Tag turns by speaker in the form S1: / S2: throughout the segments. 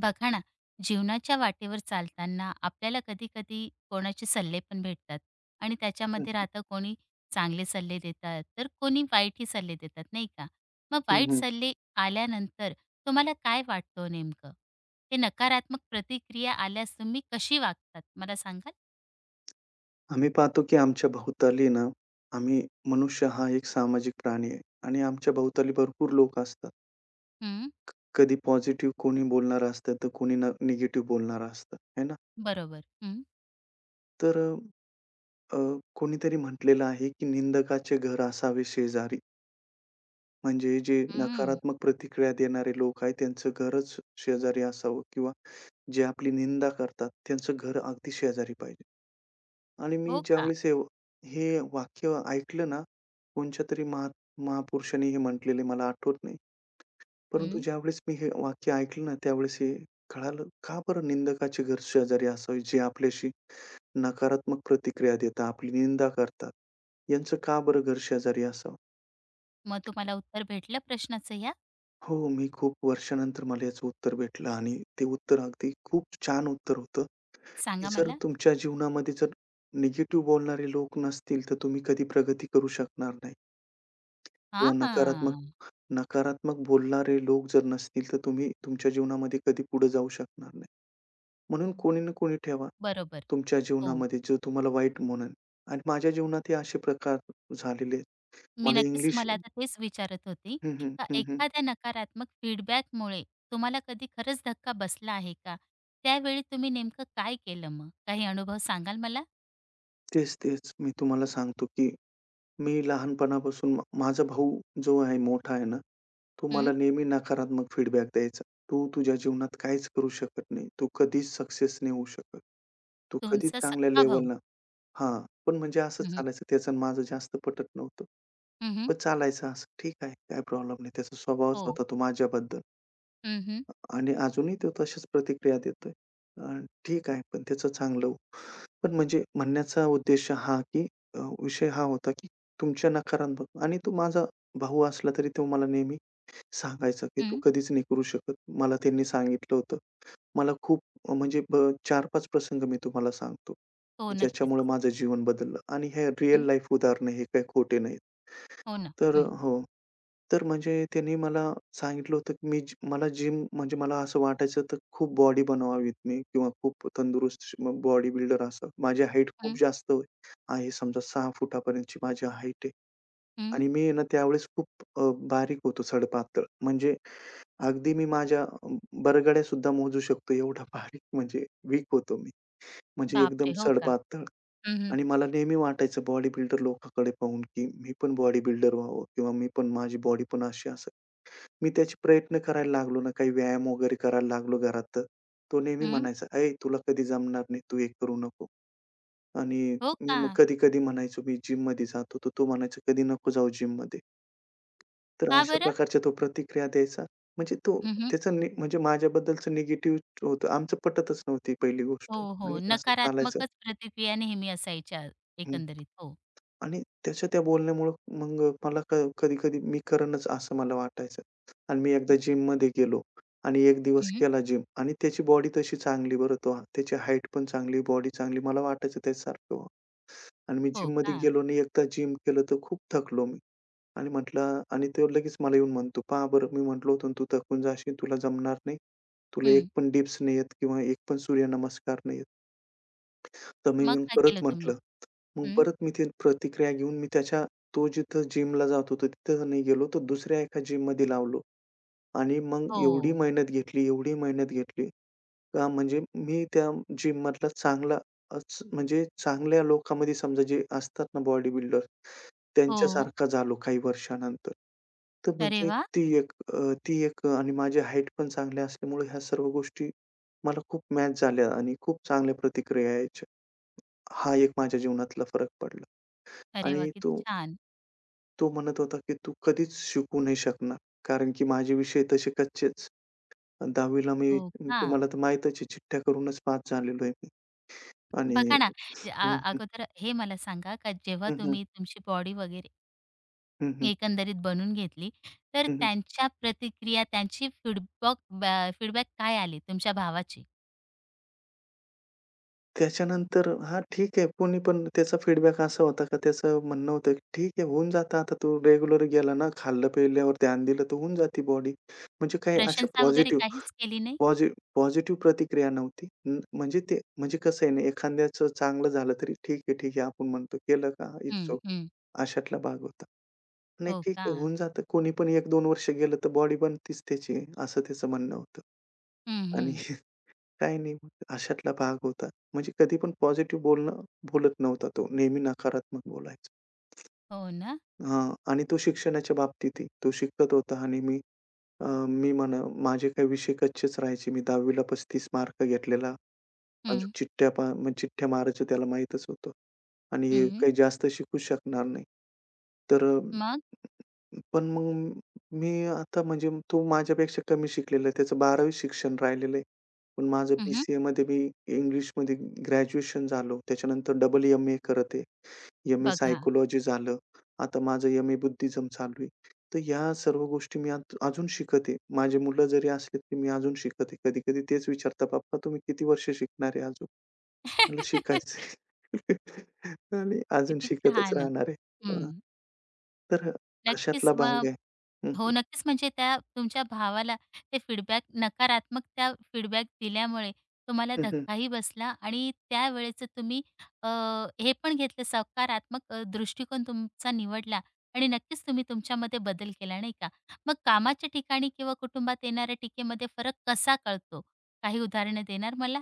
S1: बघा ना, जीवनाच्या वाटेवर चालताना आपल्याला कधी-कधी कोणाचे सल्ले पण भेटतात आणि
S2: हं,
S1: त्याच्यामध्ये
S2: हं.
S1: राहतं कोणी चांगले सल्ले देतात, तर कोणी वाईटही सल्ले देतात, नाही का? मग वाईट
S2: हं,
S1: सल्ले आल्यानंतर तुम्हाला काय वाटतं हो नेमकं? ते नकारात्मक प्रतिक्रिया आल्यास तुम्ही कशी वागतात मला सांगाल?
S2: आम्ही पाहतो की आमच्या भोवताली ना, आम्ही मनुष्य हा एक सामाजिक प्राणी आहे आणि आमच्या भोवताली भरपूर लोक असतात.
S1: हं,
S2: कधी पॉझिटिव्ह कोणी बोलणारं असतं, तर कोणी निगेटिव्ह बोलणारं असतं, है ना?
S1: बरोबर. हं,
S2: तर अ, कोणीतरी म्हटलेलं आहे की "निंदकाचे घर असावे शेजारी." म्हणजे जे
S1: हं.
S2: नकारात्मक प्रतिक्रिया देणारे लोक आहेत, त्यांचं घरच शेजारी असावं किंवा जे आपली निंदा करतात, त्यांचं घर अगदी शेजारी पाहिजे. आणि मी
S1: हो का?
S2: ज्यावेळेस हे हे वाक्य ऐकलं ना, कोणच्यातरी महा महापुरुषाने हे म्हटलेले मला आठवत नाही. परंतु
S1: हं.
S2: ज्यावेळेस मी हे वाक्य ऐकलं ना, त्यावेळेस हे कळालं, का बरं निंदकाचे घर शेजारी असावे, जे आपल्याशी नकारात्मक प्रतिक्रिया देतात, आपली निंदा करतात. यांचं का बरं घर शेजारी असावं?
S1: मग तुम्हाला उत्तर भेटलं प्रश्नाचं या?
S2: हो, मी खूप वर्षानंतर मला याचं उत्तर भेटलं आणि ते उत्तर अगदी खूप छान उत्तर होतं, की
S1: सांगा
S2: जर
S1: मला?
S2: तुमच्या जीवनामध्ये जर निगेटिव्ह बोलणारे लोक नसतील, तर तुम्ही कधी प्रगती करू शकणार नाही. हो, नकारात्मक
S1: हां,
S2: नकारात्मक बोलणारे लोक जर नसतील, तर तुम्ही तुमच्या जीवनामध्ये कधी पुढे जाऊ शकणार नाही. म्हणून कोणी ना कोणी ठेवा,
S1: बरोबर.
S2: तुमच्या
S1: हो.
S2: जीवनामध्ये जो तुम्हाला वाईट म्हणेल आणि माझ्या जीवनातही असे प्रकार झालेले आहेत.
S1: मी
S2: मला
S1: नक्कीच
S2: इंग्लिश
S1: तुम्हाला आता तेच विचारत होती,
S2: हं, हं,
S1: का
S2: हं, हं.
S1: एखाद्या नकारात्मक फीडबॅकमुळे तुम्हाला कधी खरंच धक्का बसला आहे का? त्यावेळी तुम्ही नेमकं काय केलं मग? काही अनुभव सांगाल मला?
S2: तेच. मी तुम्हाला सांगतो, की मी लहानपणापासून माझा भाऊ जो आहे मोठा आहे ना, तो मला
S1: हं,
S2: नेहमी नकारात्मक फीडबॅक द्यायचा. "तू तुझ्या जीवनात काहीच करू शकत नाही. तू कधीच सक्सेस नाही होऊ शकत. तू कधीच
S1: तुमचा
S2: चांगल्या
S1: सख्खा भाऊ.
S2: लेव्हलला." हां, पण म्हणजे असंच
S1: हं.
S2: चालायचं. त्याचं आणि माझं जास्त पटत नव्हतं.
S1: हं, हं.
S2: पण चालायचं असं. ठीक आहे, काही प्रॉब्लेम नाही. त्याचा स्वभावच
S1: हो.
S2: होता तो माझ्याबद्दल
S1: हं, हं.
S2: आणि अजूनही तो तशाच प्रतिक्रिया देतोय. अ, ठीक आहे, पण त्याचं चांगलं होवो. पण म्हणजे म्हणण्याचा उद्देश हा, की विषय हा होता, की तुमच्या नकारात्मक आणि तो माझा भाऊ असला तरी तो मला नेहमी सांगायचा, की "तू
S1: हं.
S2: कधीच नाही करू शकत." मला त्यांनी सांगितलं होतं. मला खूप अ, म्हणजे ब 4-5 प्रसंग मी तुम्हाला सांगतो,
S1: हो,
S2: की
S1: नक्कीच.
S2: ज्याच्यामुळे माझं जीवन बदललं आणि हे रिअल
S1: हं.
S2: लाईफ उदाहरण आहे, हे काही खोटे नाहीत.
S1: हो ना.
S2: तर अ,
S1: हं,
S2: हो. तर म्हणजे त्यांनी मला सांगितलं होतं, की मी जी मला जिम म्हणजे मला असं वाटायचं तर खूप बॉडी बनवावीत मी किंवा खूप तंदुरुस्त बॉडी बिल्डर असावं. माझी हाईट खूप
S1: हं,
S2: जास्त आहे समजा 6 फुटापर्यंतची माझी हाईट आहे
S1: हं.
S2: आणि मी आहे ना त्यावेळेस खूप बारीक होतो सडपातळ. म्हणजे अगदी मी माझ्या बरगड्या सुद्धा मोजू शकतो एवढा बारीक म्हणजे वीक होतो मी. म्हणजे एकदम
S1: बापरे! हो का?
S2: सडपातळ
S1: हं, हं.
S2: आणि मला नेहमी वाटायचं बॉडी बिल्डर लोकांकडे पाहून, की मी पण बॉडी बिल्डर व्हावं किंवा मी पण माझी बॉडी पण अशी असेल. मी त्याचे प्रयत्न करायला लागलो ना, काही व्यायाम वगैरे करायला लागलो घरात तर, तो नेहमी
S1: हं.
S2: म्हणायचा, "ऐ तुला कधी जमणार नाही, तू हे करू नको." आणि
S1: हो
S2: मी
S1: का?
S2: मग कधी-कधी म्हणायचो, "मी जिममध्ये जातो." तर तो म्हणायचा, "कधी नको जाऊ जिममध्ये." तर
S1: का
S2: अशा
S1: बरं?
S2: प्रकारच्या तो प्रतिक्रिया द्यायचा. म्हणजे तो
S1: हं, हं.
S2: त्याचं नि म्हणजे माझ्याबद्दलचं निगेटिव्ह होतं. आमचं पटतच नव्हती पहिली गोष्ट
S1: हो,
S2: आणि
S1: हो.
S2: असं चालायचं.
S1: नकारात्मकच प्रतिक्रिया नेहमी असायच्या
S2: हं.
S1: एकंदरीत. हो.
S2: आणि त्याच्या त्या बोलण्यामुळं मग मला कधी-कधी मी करेनच असं मला वाटायचं. आणि मी एकदा जिममध्ये गेलो आणि 1 दिवस
S1: हं, हं.
S2: केला जिम आणि त्याची बॉडी तशी चांगली बरं तो त्याची हाईट पण चांगली, बॉडी चांगली. मला वाटायचं त्याच्यासारखं व्हावं आणि मी
S1: हो
S2: जिममध्ये
S1: का?
S2: गेलो आणि एकदा जिम केलं तर खूप थकलो मी. आणि म्हटलं आणि तो लगेच मला येऊन म्हणतो, "पहा बरं मी म्हटलो होतो ना, तू थकून जाशील, तुला जमणार नाही. तुला एक
S1: हं.
S2: पण डिप्स नाही येत किंवा एक पण सूर्यनमस्कार नाही येत." तर मी
S1: मग
S2: मग
S1: काय
S2: परत
S1: केलं तुम्ही?
S2: म्हटलं. मग
S1: हं.
S2: परत मी ती प्रतिक्रिया घेऊन मी त्याच्या तो जिथं जिमला जात होता तिथं नाही गेलो, तर दुसऱ्या एका जिममध्ये लावलो आणि मग एवढी
S1: हो.
S2: मेहनत घेतली, एवढी मेहनत घेतली. का म्हणजे मी त्या जिममधला चांगलाच म्हणजे चांगल्या लोकांमध्ये समजा जे असतात ना बॉडी बिल्डर,
S1: हो.
S2: त्यांच्यासारखा झालो काही वर्षानंतर. तर
S1: अरे
S2: म्हणजे
S1: वाह!
S2: ती एक अ, ती एक आणि माझी हाईट पण चांगली असल्यामुळे ह्या सर्व गोष्टी मला खूप मॅच झाल्या आणि खूप चांगल्या प्रतिक्रिया यायच्या. हा एक माझ्या जीवनातला फरक पडला.
S1: अरे वाह!
S2: आणि
S1: किती
S2: तो
S1: छान.
S2: तो म्हणत होता, की "तू कधीच शिकू नाही शकणार." कारण की माझे विषय तसे कच्चेच. 10वी मी
S1: हो का?
S2: तुम्हाला तर माहीतच आहे चिठ्ठ्या करूनच पास झालेलो आहे. आणि
S1: बघा ना,
S2: हं, हं.
S1: अगोदर हे मला सांगा का जेव्हा
S2: हं, हं.
S1: तुम्ही तुमची बॉडी वगैरे
S2: हं, हं.
S1: एकंदरीत बनवून घेतली, तर
S2: हं,
S1: त्यांच्या प्रतिक्रिया, त्यांची फीडबॉक बॅ फीडबॅक काय आले तुमच्या भावाचे?
S2: त्याच्यानंतर हां, ठीक आहे. कोणी पण त्याचा फीडबॅक असा होता का त्याचं म्हणणं होतं, की "ठीक आहे, होऊन जातं आता तू रेग्युलर गेला ना, खाल्लं-पिल्यावर ध्यान दिलं तर होऊन जाते बॉडी." म्हणजे काही अशा
S1: प्रशंसा वगैरे काहीच केली नाही?
S2: पॉझि पॉझिटिव्ह प्रतिक्रिया नव्हती. म्हणजे ते म्हणजे कसं आहे ना, एखाद्याचं चांगलं झालं तरी "ठीक आहे, ठीक आहे." आपण म्हणतो, "केलं का? इट्स
S1: हं,
S2: ओके."
S1: हं.
S2: अशातला भाग होता. नाही,
S1: हो
S2: ठीक
S1: का?
S2: आहे, होऊन जातं. कोणी पण 1-2 वर्ष गेलं तर बॉडी बनतीच त्याची, असं त्याचं म्हणणं होतं.
S1: हं,
S2: आणि
S1: हं.
S2: काही नाही होत. अशातला भाग होता. म्हणजे कधी पण पॉझिटिव्ह बोलणं बोलत नव्हता तो. नेहमी नकारात्मक बोलायचा.
S1: हो ना?
S2: हां. आणि तो शिक्षणाच्या बाबतीतही. तो शिकत होता आणि मी मी म्हणा माझे काही विषय कच्चेच राहायचे. मी 10वीला 35 मार्क घेतलेला अजून
S1: हं,
S2: चिठ्ठ्या पहा मग चिठ्ठ्या मारायचं त्याला माहीतच होतं आणि हे
S1: हं.
S2: काही जास्त शिकू शकणार नाही. तर अ,
S1: मग?
S2: पण मग मी आता म्हणजे तो माझ्यापेक्षा कमी शिकलेला आहे. त्याचं 12वी शिक्षण राहिलेलं आहे. पण माझं
S1: हं, हं.
S2: बी-सी-एमध्ये मी इंग्लिशमध्ये ग्रॅज्युएशन झालो. त्याच्यानंतर डबल एम-ए करत आहे. एम-ए
S1: बघा.
S2: सायकॉलॉजी झालं. आता माझं एम-ए बुद्धिझम चालू आहे. तर ह्या सर्व गोष्टी मी आत अजून शिकत आहे. माझी मुलं जरी असली, तरी मी अजून शिकत आहे. कधी-कधी तेच विचारतात, "पप्पा तुम्ही किती वर्ष शिकणार आहे अजून?" मला शिकायचंय आणि अजून
S1: किती
S2: शिकतच
S1: छान.
S2: राहणार आहे.
S1: हं.
S2: हां, तर
S1: नक्कीच
S2: अशातला भाग
S1: मग
S2: आहे. हं,
S1: हो,
S2: हं.
S1: नक्कीच. म्हणजे त्या तुमच्या भावाला ते फीडबॅक नकारात्मक त्या फीडबॅक दिल्यामुळे तुम्हाला
S2: हं,
S1: धक्काही बसला आणि त्यावेळेचं तुम्ही अ, हे पण घेतलं सकारात्मक दृष्टिकोन तुमचा निवडला आणि नक्कीच तुम्ही तुमच्यामध्ये बदल केला, नाही का? मग कामाच्या ठिकाणी किंवा कुटुंबात येणाऱ्या टीकेमध्ये फरक कसा कळतो? काही उदाहरणं देणार मला?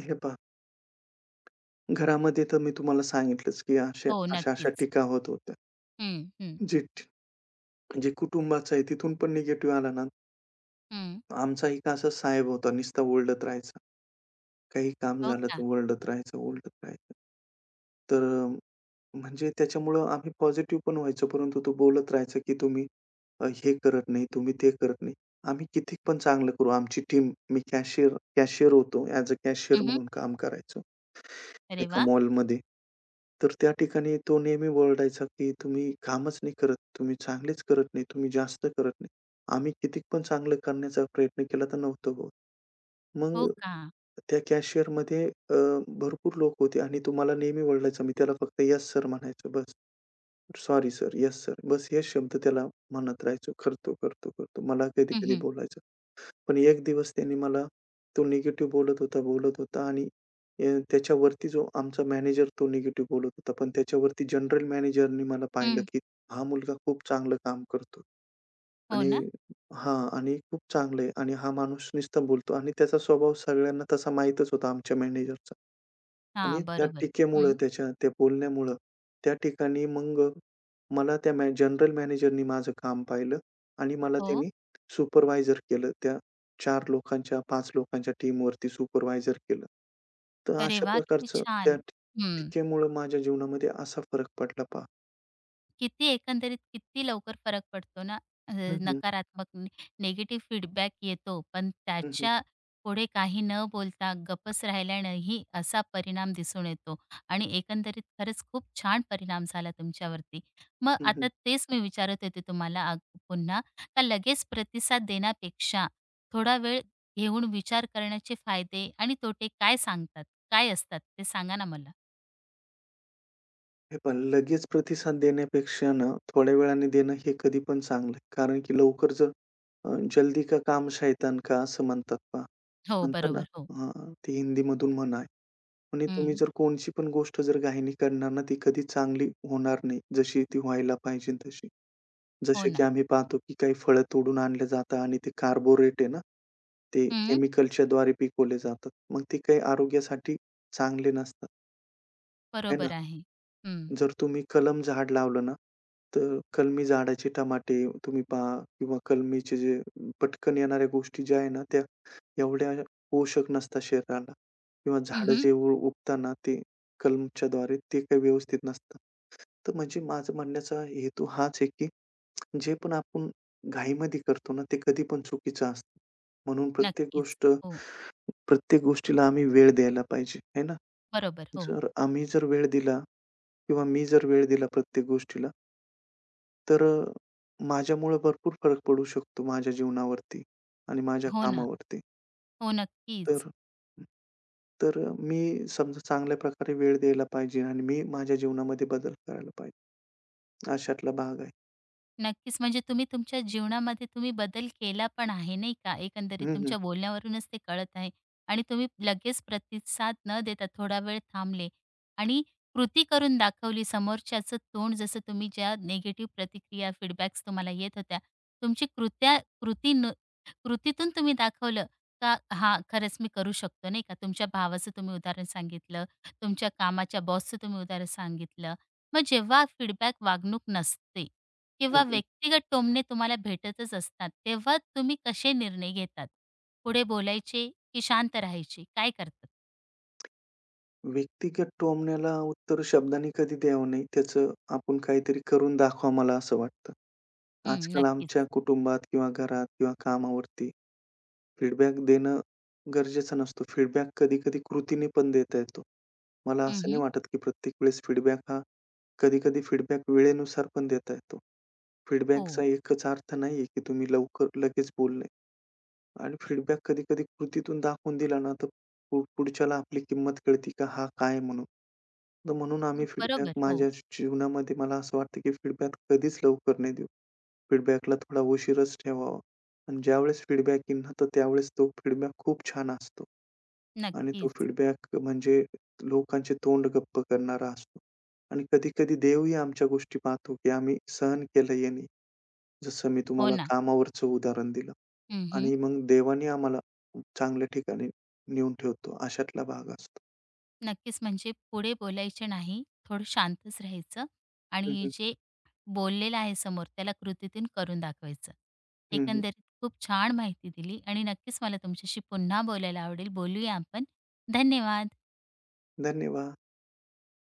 S2: हे पहा, घरामध्ये तर मी तुम्हाला सांगितलंच, की अशा,
S1: हो,
S2: अशा-अशा
S1: नक्कीच.
S2: टीका होत होत्या.
S1: हं, हं,
S2: जे जे कुटुंबाचं आहे तिथून पण निगेटिव्ह आला ना,
S1: हं.
S2: आमचा एक असा साहेब होता नुसता ओरडत राहायचा. काही काम
S1: हो
S2: झालं तर
S1: का?
S2: ओरडत राहायचा. तर अ, म्हणजे त्याच्यामुळं आम्ही पॉझिटिव्ह पण व्हायचो, परंतु तो बोलत राहायचा, की तुम्ही हे करत नाही, तुम्ही ते करत नाही. आम्ही किती पण चांगलं करू. आमची टीम मी कॅशियर कॅशियर होतो. ॲज अ कॅशियर
S1: हं, हं.
S2: म्हणून काम करायचो
S1: अरे
S2: एका
S1: वाह!
S2: मॉलमध्ये. तर त्या ठिकाणी तो नेहमी ओरडायचा, की "तुम्ही कामच नाही करत. तुम्ही चांगलेच करत नाही. तुम्ही जास्त करत नाही." आम्ही किती पण चांगलं करण्याचा प्रयत्न केला तर नव्हतं होत.
S1: हो
S2: मग
S1: का?
S2: त्या कॅशियरमध्ये भरपूर लोक होते आणि तो नेहमी ओरडायचा. मी त्याला फक्त "येस सर" म्हणायचो बस. Sorry sir, yes sir. बस हे शब्द त्याला म्हणत राहायचो. करतो, करतो, करतो. मला
S1: हं,
S2: कधी-कधी
S1: हं.
S2: बोलायचं. पण एक दिवस त्याने मला तो निगेटिव्ह बोलत होता, बोलत होता आणि अ, त्याच्यावरती जो आमचा मॅनेजर तो निगेटिव्ह बोलत होता. पण त्याच्यावरती जनरल मॅनेजरनी मला पाहिलं,
S1: हं.
S2: की हा मुलगा खूप चांगलं काम करतो
S1: हो
S2: आणि
S1: ना?
S2: हां आणि खूप चांगलं आहे आणि हा माणूस नुसता बोलतो आणि त्याचा स्वभाव सगळ्यांना तसा माहीतच होता आमच्या मॅनेजरचा. आणि
S1: हां,
S2: त्या
S1: बरोबर.
S2: टीकेमुळं
S1: हं.
S2: त्याच्या त्या बोलण्यामुळं, त्या ठिकाणी मग अ, मला त्या मॅ जनरल मॅनेजरनी माझं काम पाहिलं आणि मला
S1: हो.
S2: त्यांनी सुपरवायझर केलं. त्या 4 लोकांच्या, 5 लोकांच्या टीमवरती सुपरवायझर केलं. तर
S1: अरे
S2: अशा
S1: वा, किती
S2: प्रकारचं त्या
S1: छान.
S2: टी
S1: हं.
S2: टीकेमुळं माझ्या जीवनामध्ये असा फरक पडला पहा.
S1: किती एकंदरीत किती लवकर फरक पडतो ना, अ,
S2: हं, हं.
S1: नकारात्मक नि निगेटिव्ह फीडबॅक येतो, पण
S2: हं, हं.
S1: त्याच्या पुढे काही न बोलता गप्पच राहिल्यानेही असा परिणाम दिसून येतो आणि एकंदरीत खरंच खूप छान परिणाम झाला तुमच्यावरती. मग
S2: हं, हं.
S1: आता तेच मी विचारत होते तुम्हाला पुन्हा का लगेच प्रतिसाद देण्यापेक्षा थोडा वेळ घेऊन विचार करण्याचे फायदे आणि तोटे काय सांगतात? काय असतात? ते सांगा ना मला?
S2: हे पहा लगेच प्रतिसाद देण्यापेक्षा ना, थोड्या वेळाने देणं हे कधी पण चांगलं आहे. कारण की लवकर जर जल्दी का काम शैतान का असं म्हणतात पहा.
S1: हो,
S2: म्हणतात ना
S1: बरोबर. हो.
S2: हां, ती हिंदीमधून म्हण आहे. म्हणे तुम्ही
S1: हं,
S2: जर कोणची पण गोष्ट जर घाईने करणार ना, ती कधी चांगली होणार नाही, जशी ती व्हायला पाहिजे तशी.
S1: हो
S2: जसे की
S1: ना.
S2: आम्ही पाहतो, की काही फळं तोडून आणले जातात आणि ते कार्बोरेट आहे ना, ते
S1: हं,
S2: केमिकलच्याद्वारे पिकवले जातात. मग ते काही आरोग्यासाठी चांगले नसतात, आहे ना?
S1: बरोबर आहे. हं.
S2: जर तुम्ही कलम झाड लावलं ना, तर कलमी झाडाचे टमाटे तुम्ही पहा किंवा कलमीचे जे पटकन येणाऱ्या गोष्टी ज्या आहे ना, त्या एवढ्या पोषक नसतात शरीराला किंवा
S1: हं,
S2: झाडं
S1: हं.
S2: जे उगताना ते कलमच्याद्वारे ते काही व्यवस्थित नसतं. तर म्हणजे माझं म्हणण्याचा हेतू हाच आहे, की जे पण आपण घाईमध्ये करतो ना, ते कधी पण चुकीचं असतं. म्हणून
S1: नक्कीच. हो,
S2: प्रत्येक गोष्टीला आम्ही वेळ द्यायला पाहिजे, आहे ना.
S1: बरोबर. हो.
S2: जर आम्ही जर वेळ दिला किंवा मी जर वेळ दिला प्रत्येक गोष्टीला, तर अ, माझ्यामुळं भरपूर फरक पडू शकतो माझ्या जीवनावरती आणि माझ्या
S1: हो ना.
S2: कामावरती.
S1: हो,
S2: तर
S1: नक्कीच.
S2: तर मी समजा चांगल्या प्रकारे वेळ द्यायला पाहिजे आणि मी माझ्या जीवनामध्ये बदल करायला पाहिजे. अशातला भाग आहे.
S1: नक्कीच. म्हणजे तुम्ही तुमच्या जीवनामध्ये तुम्ही बदल केला पण आहे, नाही का? एकंदरीत
S2: हं, हं.
S1: तुमच्या बोलण्यावरूनच ते कळत आहे आणि तुम्ही लगेच प्रतिसाद न देता थोडा वेळ थांबले आणि कृती करून दाखवली. समोरच्याचं तोंड जसं तुम्ही ज्या निगेटिव्ह प्रतिक्रिया, फीडबॅक्स तुम्हाला येत होत्या, तुमची कृत्या कृतीन कृतीतून तुम्ही दाखवलं का हां, खरंच मी करू शकतो, नाही का? तुमच्या भावाचं तुम्ही उदाहरण सांगितलं, तुमच्या कामाच्या बॉसचं तुम्ही उदाहरण सांगितलं. मग जेव्हा फीडबॅक वागणूक नसते,
S2: हं,
S1: किंवा
S2: हं.
S1: व्यक्तिगत टोमणे तुम्हाला भेटतच असतात, तेव्हा तुम्ही कसे निर्णय घेतात? पुढे बोलायचे की शांत राहायचे? काय करतात?
S2: व्यक्तिगत टोमण्याला उत्तर शब्दांनी कधी द्यावं नाही. त्याचं आपण काहीतरी करून दाखवा मला असं वाटतं.
S1: हं,
S2: आजकाल
S1: नक्कीच.
S2: आमच्या कुटुंबात किंवा घरात किंवा कामावरती फीडबॅक देणं गरजेचा नसतो. फीडबॅक कधी-कधी कृतीने पण देता येतो. मला
S1: हं,
S2: असं नाही
S1: हं.
S2: वाटत, की प्रत्येक वेळेस फीडबॅक हा कधी-कधी फीडबॅक वेळेनुसार पण देता येतो.
S1: हो.
S2: फीडबॅकचा एकच अर्थ नाहीये, की तुम्ही लवकर लगेच बोलणे. आणि फीडबॅक कधी-कधी कृतीतून दाखवून दिला ना, तर पुढच्याला आपली किंमत कळते की हा काय म्हणून. तर म्हणून आम्ही फीडबॅक
S1: बरोबर. हो.
S2: माझ्या जीवनामध्ये मला असं वाटतं की फीडबॅक कधीच लवकर नाही देऊ. फीडबॅकला थोडा उशीरच ठेवावा आणि ज्यावेळेस फीडबॅक येईल ना, तर त्यावेळेस तो फीडबॅक खूप छान असतो आणि तो
S1: नक्कीच.
S2: फीडबॅक म्हणजे लोकांचे तोंड गप्प करणारा असतो आणि कधी-कधी देवही आमच्या गोष्टी पाहतो की आम्ही सहन केलं याने. जसं मी
S1: हो
S2: तुम्हाला
S1: ना.
S2: कामावरचं उदाहरण दिलं
S1: हं,
S2: आणि मग देवाने आम्हाला चांगल्या ठिकाणी नेऊन ठेवतो, अशातला भाग असतो.
S1: नक्कीच. म्हणजे पुढे बोलायचे नाही, थोडं शांतच राहायचं
S2: हं,
S1: आणि
S2: हं.
S1: जे बोललेलं आहे समोर त्याला कृतीतून करून दाखवायचं.
S2: हं, हं.
S1: एकंदरीत खूप छान माहिती दिली आणि नक्कीच मला तुमच्याशी पुन्हा बोलायला आवडेल. बोलूया आपण. धन्यवाद.
S2: धन्यवाद.